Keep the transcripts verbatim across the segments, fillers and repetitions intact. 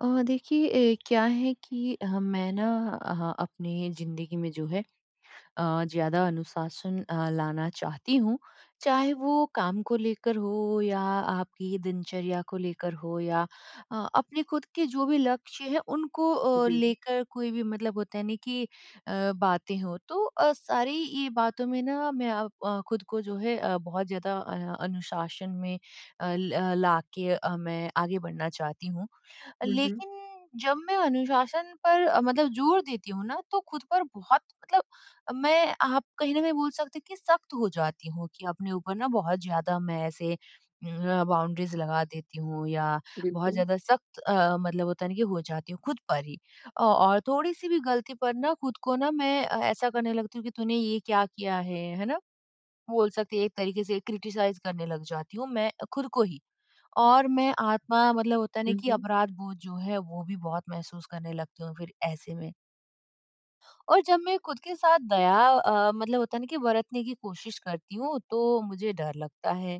अ, देखिए ए, क्या है कि अ, मैं ना, अ, अपने ज़िंदगी में जो है अ, ज़्यादा अनुशासन अ, लाना चाहती हूँ। चाहे वो काम को लेकर हो या आपकी दिनचर्या को लेकर हो, या अ, अपने खुद के जो भी लक्ष्य हैं उनको अ, जी। लेकर कोई भी मतलब होता है ना कि अ, बातें हों। तो अ, सारी ये बातों में ना, मैं अ, अ, खुद को जो है अ, बहुत ज़्यादा अ, अनुशासन में अ, ल- अ, लाके अ, मैं आगे बढ़ना चाहती हूँ। हुँ, हुँ। लेकिन जब मैं अनुशासन पर अ, मतलब जोर देती हूँ ना, तो खुद पर बहुत मतलब, अ, मैं, आप कहीं न कहीं बोल सकते हैं कि सख्त हो जाती हूँ, कि अपने ऊपर ना बहुत ज़्यादा मैं ऐसे उम, बाउंड्रीज़ लगा देती हूँ, या बहुत बिल्कुल। ज़्यादा सख्त अ, मतलब होता है ना कि हो जाती हूँ खुद पर ही। अ, और थोड़ी-सी भी गलती पर ना, खुद को ना, मैं अ, ऐसा करने लगती हूँ कि तूने ये क्या किया है, है ना? बोल सकते हैं एक तरीके से क्रिटिसाइज़ करने लग जाती हूँ मैं खुद को ही। और मैं आत्मा, मतलब होता है ना हुँ, कि हुँ। अपराध बोध जो है वो भी बहुत महसूस करने लगती हूँ फिर ऐसे में। और जब मैं खुद के साथ दया अ, मतलब होता है ना कि बरतने की कोशिश करती हूँ, तो मुझे डर लगता है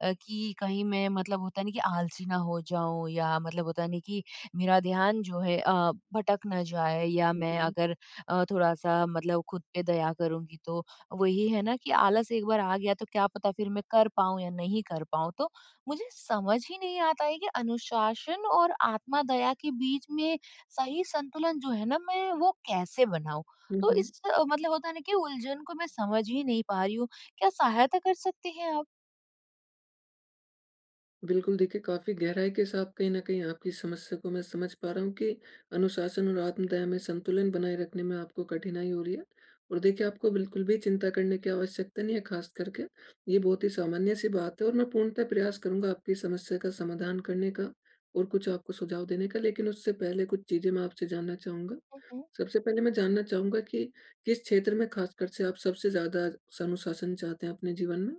अ, कि कहीं मैं, मतलब होता नहीं कि, आलसी ना हो जाऊं, या मतलब होता नहीं कि मेरा ध्यान जो है अ, भटक ना जाए, या मैं जी। अगर अ, थोड़ा सा मतलब खुद पे दया करूंगी तो वही है ना कि आलस एक बार आ गया तो क्या पता फिर मैं कर पाऊं या नहीं कर पाऊं। तो मुझे समझ ही नहीं आता है कि अनुशासन और आत्मा दया के बीच में सही संतुलन जो है ना मैं वो कैसे बनाऊं। हुँ, तो हुँ। इस अ, मतलब होता है ना कि उलझन को मैं समझ ही नहीं पा रही हूँ। क्या सहायता कर सकते हैं बिल्कुल, देखिए काफ़ी गहराई के साथ कहीं न कहीं आपकी समस्या को मैं समझ पा रहा हूँ कि अनुशासन और आत्मदया में संतुलन बनाए रखने में आपको कठिनाई हो रही है। और देखिए, आपको बिल्कुल भी चिंता करने की आवश्यकता नहीं है। ख़ास करके, ये बहुत ही सामान्य-सी बात है और मैं पूर्णतः प्रयास करूँगा आपकी समस्या का समाधान करने का और कुछ आपको सुझाव देने का। लेकिन उससे पहले कुछ चीज़ें मैं आपसे जानना चाहूँगा। आप? सबसे पहले मैं जानना चाहूँगा कि किस क्षेत्र में खासकर से आप सबसे ज़्यादा स अनुशासन चाहते हैं अपने जीवन में?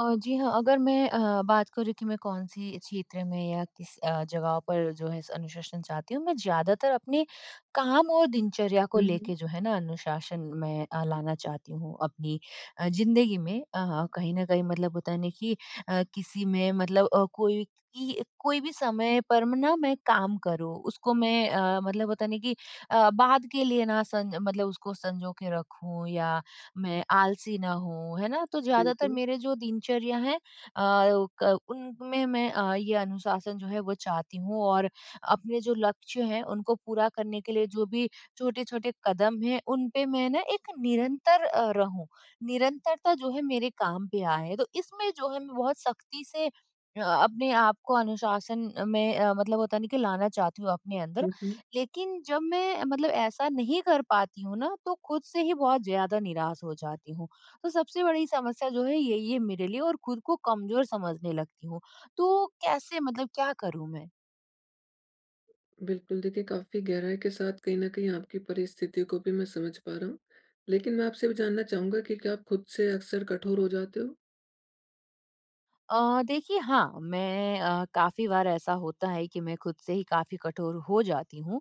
अ, जी हाँ, अगर मैं अ, बात करूँ कि मैं कौन-सी क्षेत्र में या किस अ, जगह पर जो है स अनुशासन चाहती हूँ, मैं ज़्यादातर अपने काम और दिनचर्या को हुँ, हुँ, लेके जो है ना अनुशासन मैं अ, लाना चाहती हूँ अपनी अ, ज़िंदगी में। अ, कहीं न कहीं मतलब होता है ना कि अ, किसी में मतलब अ, कोई, कि कोई भी समय पर म ना मैं काम करूँ, उसको मैं अ, मतलब होता है ना कि अ, बाद के लिए ना सं मतलब उसको संजो के रखूँ, या मैं आलसी ना हूँ, है ना? तो ज़्यादातर बिल्कुल। मेरे जो दिनचर्या है अ, क उनमें मैं अ, ये अनुशासन जो है वो चाहती हूँ और अपने जो लक्ष्य हैं उनको पूरा करने के लिए जो भी छोटे-छोटे कदम हैं उन पे मैं ना एक निरंतर अ, रहूँ। निरंतरता जो है मेरे काम पे आए। तो इसमें जो है मैं बहुत सख्ती से अ, अपने आप को अनुशासन में अ, मतलब होता है ना कि लाना चाहती हूँ अपने अंदर। हुँ, हुँ। लेकिन जब मैं मतलब ऐसा नहीं कर पाती हूँ ना, तो खुद से ही बहुत ज़्यादा निराश हो जाती हूँ। तो सबसे बड़ी समस्या जो है यही है मेरे लिए, और खुद को कमज़ोर समझने लगती हूँ। तो कैसे, मतलब क्या करूँ मैं? बिल्कुल, देखिए काफ़ी गहराई के साथ कहीं न कहीं आपकी परिस्थिति को भी मैं समझ पा रहा हूँ। लेकिन मैं आपसे भी जानना चाहूँगा कि क्या आप खुद से अक्सर कठोर हो जाते हो? अ, देखिए हाँ, मैं, अ, काफ़ी बार ऐसा होता है कि मैं खुद से ही काफ़ी कठोर हो जाती हूँ।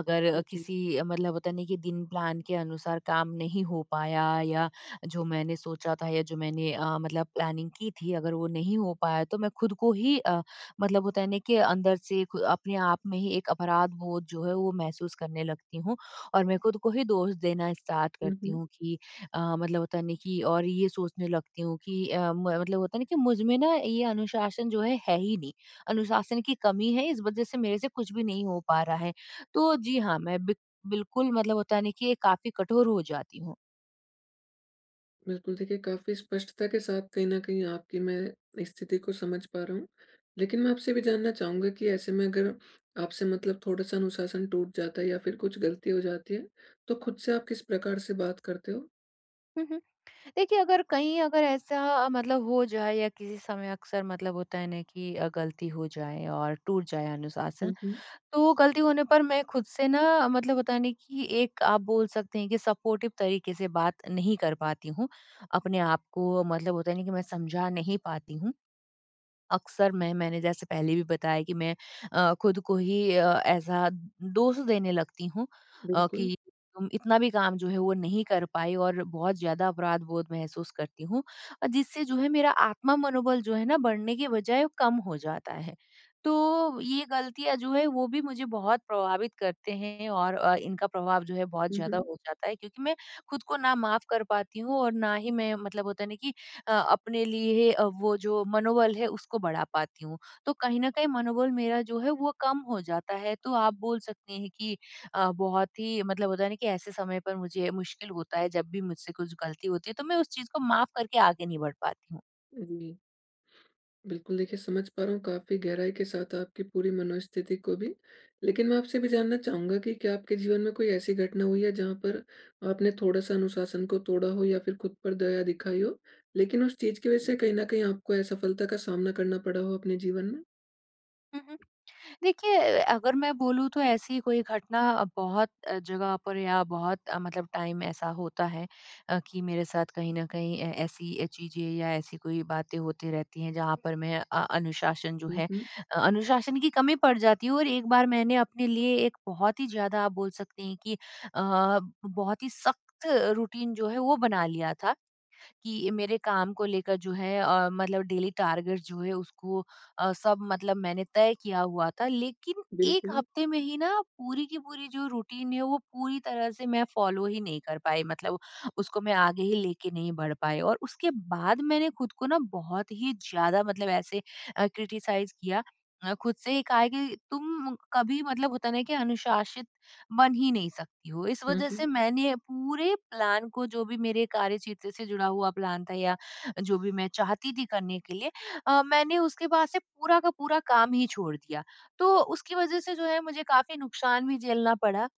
अगर अ, जी। किसी अ, मतलब होता नहीं कि दिन प्लान के अनुसार काम नहीं हो पाया, या जो मैंने सोचा था, या जो मैंने अ, मतलब प्लानिंग की थी, अगर वो नहीं हो पाया, तो मैं खुद को ही अ, मतलब होता है ना कि अंदर से खु अपने आप में ही एक अपराध बोध जो है वो महसूस करने लगती हूँ, और मैं खुद को ही दोष देना स्टार्ट हुँ, करती हुँ। हूँ कि अ, मतलब होता नहीं कि, और ये सोचने लगती हूँ कि अ, म- मतलब होता नहीं कि मुझ में ना ये अनुशासन जो है है ही नहीं, अनुशासन की कमी है, इस वजह से मेरे से कुछ भी नहीं हो पा रहा है। तो जी हाँ, मैं बिक- बिल्कुल, मतलब होता नहीं कि, ये काफी कठोर हो जाती हूँ। बिल्कुल, देखिए काफ़ी स्पष्टता के साथ कहीं न कहीं आपकी मैं स्थिति को समझ पा रहा हूँ। लेकिन मैं आपसे भी जानना चाहूँगा कि ऐसे में अगर आपसे मतलब थोड़ा-सा अनुशासन टूट जाता है या फिर कुछ गलती हो जाती है, तो खुद से आप किस प्रकार से बात करते हो? हम्म, देखिए अगर कहीं, अगर ऐसा मतलब हो जाए या किसी समय अक्सर मतलब होता है ना कि अ, गलती हो जाए और टूट जाए हुँ, अनुशासन, हुँ। तो गलती होने पर मैं खुद से ना, मतलब पता नहीं, कि एक, आप बोल सकते हैं कि सपोर्टिव तरीके से बात नहीं कर पाती हूँ। अपने आप को मतलब होता है ना कि मैं समझा नहीं पाती हूँ। अक्सर मैं, मैंने जैसे पहले भी बताया कि मैं अ, खुद को ही अ, ऐसा दोष देने लगती हूँ, अ, बिल्कुल। कि तुम इतना भी काम जो है वो नहीं कर पाई, और बहुत ज़्यादा अपराध बोध महसूस करती हूँ, अ, जिससे जो है मेरा आत्मा मनोबल जो है ना बढ़ने के बजाय वो कम हो जाता है। तो ये गलतियाँ जो है वो भी मुझे बहुत प्रभावित करते हैं, और अ, इनका प्रभाव जो है बहुत हुँ, ज़्यादा हुँ। हो जाता है, क्योंकि मैं खुद को ना माफ़ कर पाती हूँ, और ना ही मैं मतलब होता है ना कि अ, अपने लिए अ, वो जो मनोबल है उसको बढ़ा पाती हूँ। तो कहीं न कहीं मनोबल मेरा जो है वो कम हो जाता है। तो आप बोल सकते हैं कि अ, बहुत ही, मतलब होता है ना कि, ऐसे समय पर मुझे मुश्किल होता है, जब भी मुझसे कुछ गलती होती है तो मैं उस चीज़ को माफ़ करके आगे नहीं बढ़ पाती जी। बिल्कुल, देखिए समझ पा रहा हूँ काफ़ी गहराई के साथ आपकी पूरी मनोस्थिति को भी। लेकिन मैं आपसे भी जानना चाहूँगा कि क्या आपके जीवन में कोई ऐसी घटना हुई है जहाँ पर आपने थोड़ा-सा अनुशासन को तोड़ा हो या फिर खुद पर दया दिखाई हो, लेकिन उस चीज़ की वज़ह से कहीं न कहीं आपको असफलता का सामना करना पड़ा हो अपने जीवन में? हूँ। देखिए, अगर मैं बोलूँ तो ऐसी कोई घटना, बहुत अ, जगह पर, या बहुत अ, मतलब टाइम ऐसा होता है अ, कि मेरे साथ कहीं न कहीं ऐ ऐसी चीज़ें या ऐसी कोई बातें होती रहती हैं, जहाँ पर मैं अ, अनुशासन जो हुँ, है, हुँ, अ, अनुशासन की कमी पड़ जाती है। और एक बार मैंने अपने लिए एक बहुत ही ज़्यादा, आप बोल सकते हैं कि अ, बहुत ही सख्त रूटीन जो है वो बना लिया था, कि मेरे काम को लेकर जो है अ, मतलब डेली टारगेट जो है उसको अ, सब मतलब मैंने तय किया हुआ था। लेकिन एक बिल्कुल। हफ्ते में ही ना पूरी की पूरी जो रूटीन है वो पूरी तरह से मैं फॉलो ही नहीं कर पाई, मतलब उसको मैं आगे ही लेके नहीं बढ़ पाई। और उसके बाद मैंने खुद को ना बहुत ही ज्यादा, मतलब ऐसे क्रिटिसाइज किया, अ, खुद से ही कहा है कि तुम कभी, मतलब होता ना कि, अनुशासित बन ही नहीं सकती हो। इस हुँ, वजह हुँ, से मैंने पूरे प्लान को, जो भी मेरे कार्यक्षेत्र से जुड़ा हुआ प्लान था या जो भी मैं चाहती थी करने के लिए, अ, मैंने उसके बाद से पूरा का पूरा काम ही छोड़ दिया। तो उसकी वजह से जो है मुझे काफ़ी नुकसान भी झेलना पड़ा,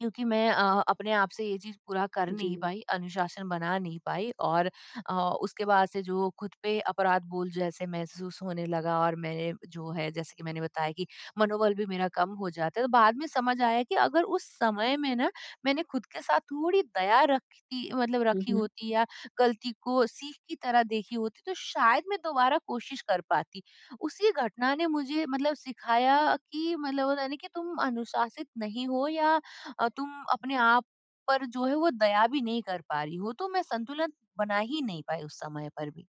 क्योंकि मैं अ, अपने आप से ये चीज़ पूरा कर नहीं जी। पाई, अनुशासन बना नहीं पाई, और अ, उसके बाद से जो खुद पे अपराध बोध जैसे महसूस होने लगा, और मैंने जो है, जैसे कि मैंने बताया कि, मनोबल भी मेरा कम हो जाता है। तो बाद में समझ आया कि अगर उस समय में ना मैंने खुद के साथ थोड़ी दया रखती, मतलब हुँ, रखी हुँ। होती, या गलती को सीख की तरह देखी होती, तो शायद मैं दोबारा कोशिश कर पाती। उसी घटना ने मुझे, मतलब, सिखाया कि, मतलब होता है ना कि, तुम अनुशासित नहीं हो, या अ, तुम अपने आप पर जो है वो दया भी नहीं कर पा रही हो। तो मैं संतुलन बना ही नहीं पाई उस समय पर भी।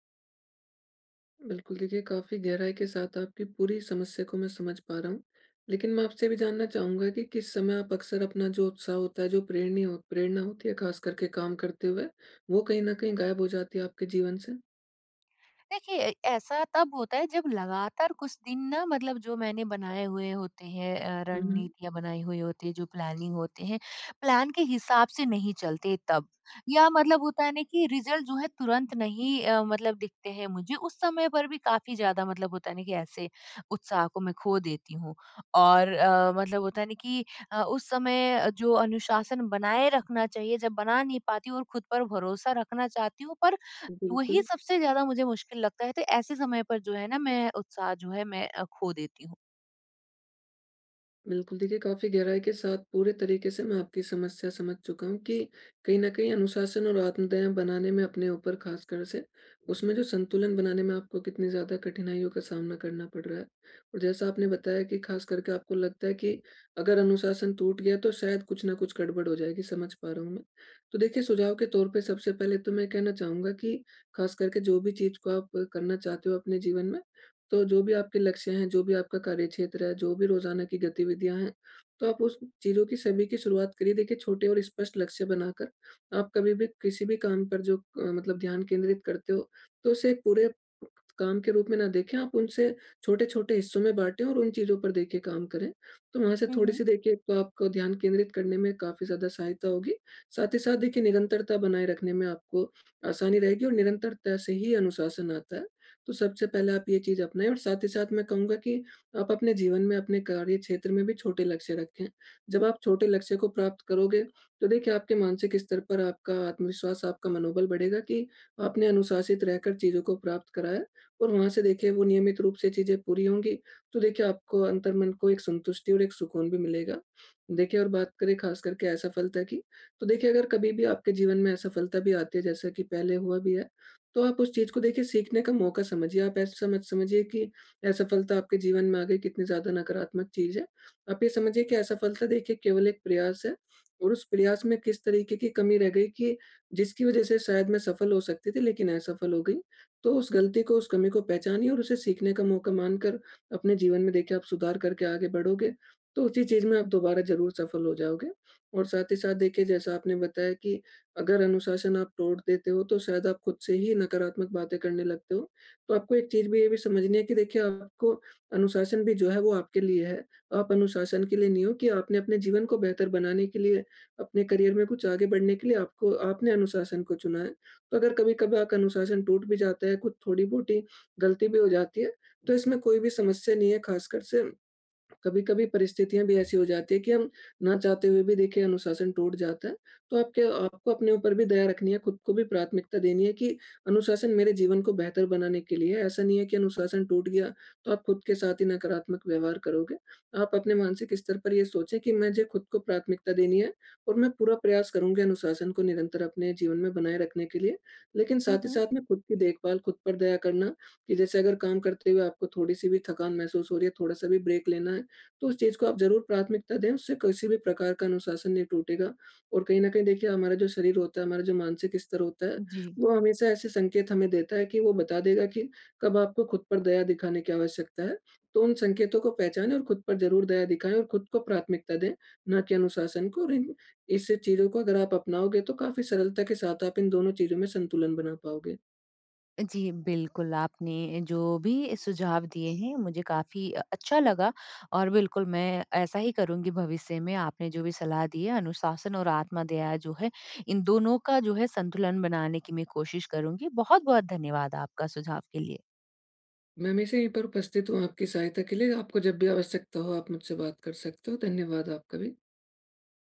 बिल्कुल, देखिए काफ़ी गहराई के साथ आपकी पूरी समस्या को मैं समझ पा रहा हूँ। लेकिन मैं आपसे भी जानना चाहूँगा कि किस समय आप अक्सर अपना जो उत्साह होता है, जो प्रेरणी हो प्रेरणा होती है, ख़ास करके काम करते हुए, वो कहीं न कहीं गायब हो जाती है आपके जीवन से? देखिए, ऐसा तब होता है जब लगातार कुछ दिन ना, मतलब जो मैंने बनाए हुए होते हैं अ, हुँ, हुँ। रणनीतियाँ बनाई हुई होती है, जो प्लानिंग होते हैं, प्लान के हिसाब से नहीं चलते तब। या मतलब होता है ना कि रिज़ल्ट जो है तुरंत नहीं अ, मतलब दिखते हैं मुझे, उस समय पर भी काफ़ी ज़्यादा, मतलब होता है ना कि, ऐसे उत्साह को मैं खो देती हूँ। और अ, मतलब होता है ना कि अ, उस समय जो अनुशासन बनाए रखना चाहिए, जब बना नहीं पाती हूँ और खुद पर भरोसा रखना चाहती हूँ, पर वही बिल्कुल। सबसे ज़्यादा मुझे मुश्किल लगता है। तो ऐसे समय पर जो है ना मैं उत्साह जो है मैं अ, खो देती हूँ। बिल्कुल, देखिए काफ़ी गहराई के साथ पूरे तरीके से मैं आपकी समस्या समझ चुका हूँ कि कहीं न कहीं अनुशासन और आत्मदया बनाने में अपने ऊपर ख़ासकर से, उसमें जो संतुलन बनाने में आपको कितनी ज़्यादा कठिनाइयों का सामना करना पड़ रहा है। और जैसा आपने बताया कि ख़ास करके आपको लगता है कि अगर अनुशासन टूट गया, तो शायद कुछ न कुछ गड़बड़ हो जाएगी, समझ पा रहा हूँ मैं। तो देखिए, सुझाव के तौर पे सबसे पहले तो मैं कहना चाहूँगा कि ख़ास करके जो भी चीज़ को आप करना चाहते हो अपने जीवन में, तो जो भी आपके लक्ष्य हैं, जो भी आपका कार्यक्षेत्र है, जो भी रोज़ाना की गतिविधियाँ हैं, तो आप उस चीज़ों की सभी की शुरुआत करिए देखिए छोटे और स्पष्ट लक्ष्य बनाकर। आप कभी भी किसी भी काम पर जो अ, मतलब ध्यान केंद्रित करते हो, तो उसे एक पूरे काम के रूप में ना देखें, आप उनसे छोटे-छोटे हिस्सों में बाँटें और उन चीज़ों पर देखिए काम करें। तो वहाँ से हुँ, हुँ। थोड़ी-सी देखिए, एक तो आपको ध्यान केंद्रित करने में काफ़ी ज़्यादा सहायता होगी, साथ ही साथ देखिए निरंतरता बनाए रखने में आपको आसानी रहेगी और निरंतरता से ही अनुशासन आता है। तो सबसे पहले आप ये चीज़ अपनाएँ और साथ ही साथ मैं कहूँगा कि आप अपने जीवन में, अपने कार्य क्षेत्र में भी छोटे लक्ष्य रखें। जब आप छोटे लक्ष्य को प्राप्त करोगे, तो देखिए आपके मानसिक स्तर पर आपका आत्मविश्वास, आपका मनोबल बढ़ेगा कि आपने अनुशासित रहकर चीज़ों को प्राप्त करा है, और वहाँ से देखिए वो नियमित रूप से चीज़ें पूरी होंगी, तो देखिए आपको अंतर्मन को एक संतुष्टि और एक सुकून भी मिलेगा। देखिए, और बात करें ख़ास करके असफलता की, तो देखिए अगर कभी भी आपके जीवन में असफलता भी आती है, जैसा कि पहले हुआ भी है, तो आप उस चीज़ को देखिए सीखने का मौका समझिए। आप ऐसा मत समझिए कि असफलता आपके जीवन में आ गई, कितनी ज़्यादा नकारात्मक चीज़ है। आप ये समझिए कि असफलता देखिए केवल एक प्रयास है, और उस प्रयास में किस तरीके की कमी रह गई कि जिसकी वज़ह से शायद मैं सफल हो सकती थी लेकिन असफल हो गई। तो उस गलती को, उस कमी को पहचानिए और उसे सीखने का मौका मानकर अपने जीवन में देखिए आप सुधार करके आगे बढ़ोगे, तो उसी चीज़ में आप दोबारा ज़रूर सफल हो जाओगे। और साथ ही साथ देखिए, जैसा आपने बताया कि अगर अनुशासन आप तोड़ देते हो, तो शायद आप खुद से ही नकारात्मक बातें करने लगते हो। तो आपको एक चीज़ भी ये भी समझनी है कि देखिए आपको अनुशासन भी जो है वो आपके लिए है। आप अनुशासन के लिए नहीं हो, कि आपने अपने जीवन को बेहतर बनाने के लिए, अपने करियर में कुछ आगे बढ़ने के लिए आपको आपने अनुशासन को चुना है। तो अगर कभी-कभार अनुशासन टूट भी जाता है, कुछ थोड़ी-बहुत गलती भी हो जाती है, तो इसमें कोई भी समस्या नहीं है। खासकर से कभी कभी परिस्थितियां भी ऐसी हो जाती है कि हम ना चाहते हुए भी देखिए अनुशासन टूट जाता है। तो आपके आपको अपने ऊपर भी दया रखनी है, खुद को भी प्राथमिकता देनी है कि अनुशासन मेरे जीवन को बेहतर बनाने के लिए है। ऐसा नहीं है कि अनुशासन टूट गया, तो आप खुद के साथ ही नकारात्मक व्यवहार करोगे। आप अपने मानसिक स्तर पर ये सोचें कि मुझे खुद को प्राथमिकता देनी है, और मैं पूरा प्रयास करूंगी अनुशासन को निरंतर अपने जीवन में बनाए रखने के लिए, लेकिन हुँ, साथ ही हुँ। साथ में खुद की देखभाल, खुद पर दया करना, कि जैसे अगर काम करते हुए आपको थोड़ी सी भी थकान महसूस हो रही है, थोड़ा सा भी ब्रेक लेना है, तो उस चीज़ को आप ज़रूर प्राथमिकता दें। उससे किसी भी प्रकार का अनुशासन नहीं टूटेगा। और कहीं न कहीं देखिए हमारा जो शरीर होता है, हमारा जो मानसिक स्तर होता है, जी। वो हमेशा ऐसे संकेत हमें देता है कि वो बता देगा कि कब आपको खुद पर दया दिखाने की आवश्यकता है। तो उन संकेतों को पहचानें और खुद पर ज़रूर दया दिखाएँ और खुद को प्राथमिकता दें, ना कि अनुशासन को। और इन इस चीज़ों को अगर आप अपनाओगे, तो काफ़ी सरलता के साथ आप इन दोनों चीज़ों में संतुलन बना पाओगे। जी, बिल्कुल, आपने जो भी सुझाव दिए हैं मुझे काफ़ी अ, अच्छा लगा, और बिल्कुल मैं ऐसा ही करूँगी भविष्य में। आपने जो भी सलाह दी है, अनुशासन और आत्मदया जो है, इन दोनों का जो है संतुलन बनाने की मैं कोशिश करूँगी। बहुत-बहुत धन्यवाद आपका सुझाव के लिए। मैं हमेशा यहीं पर उपस्थित हूँ आपकी सहायता के लिए, आपको जब भी आवश्यकता हो आप मुझसे बात कर सकते हो। धन्यवाद आपका भी।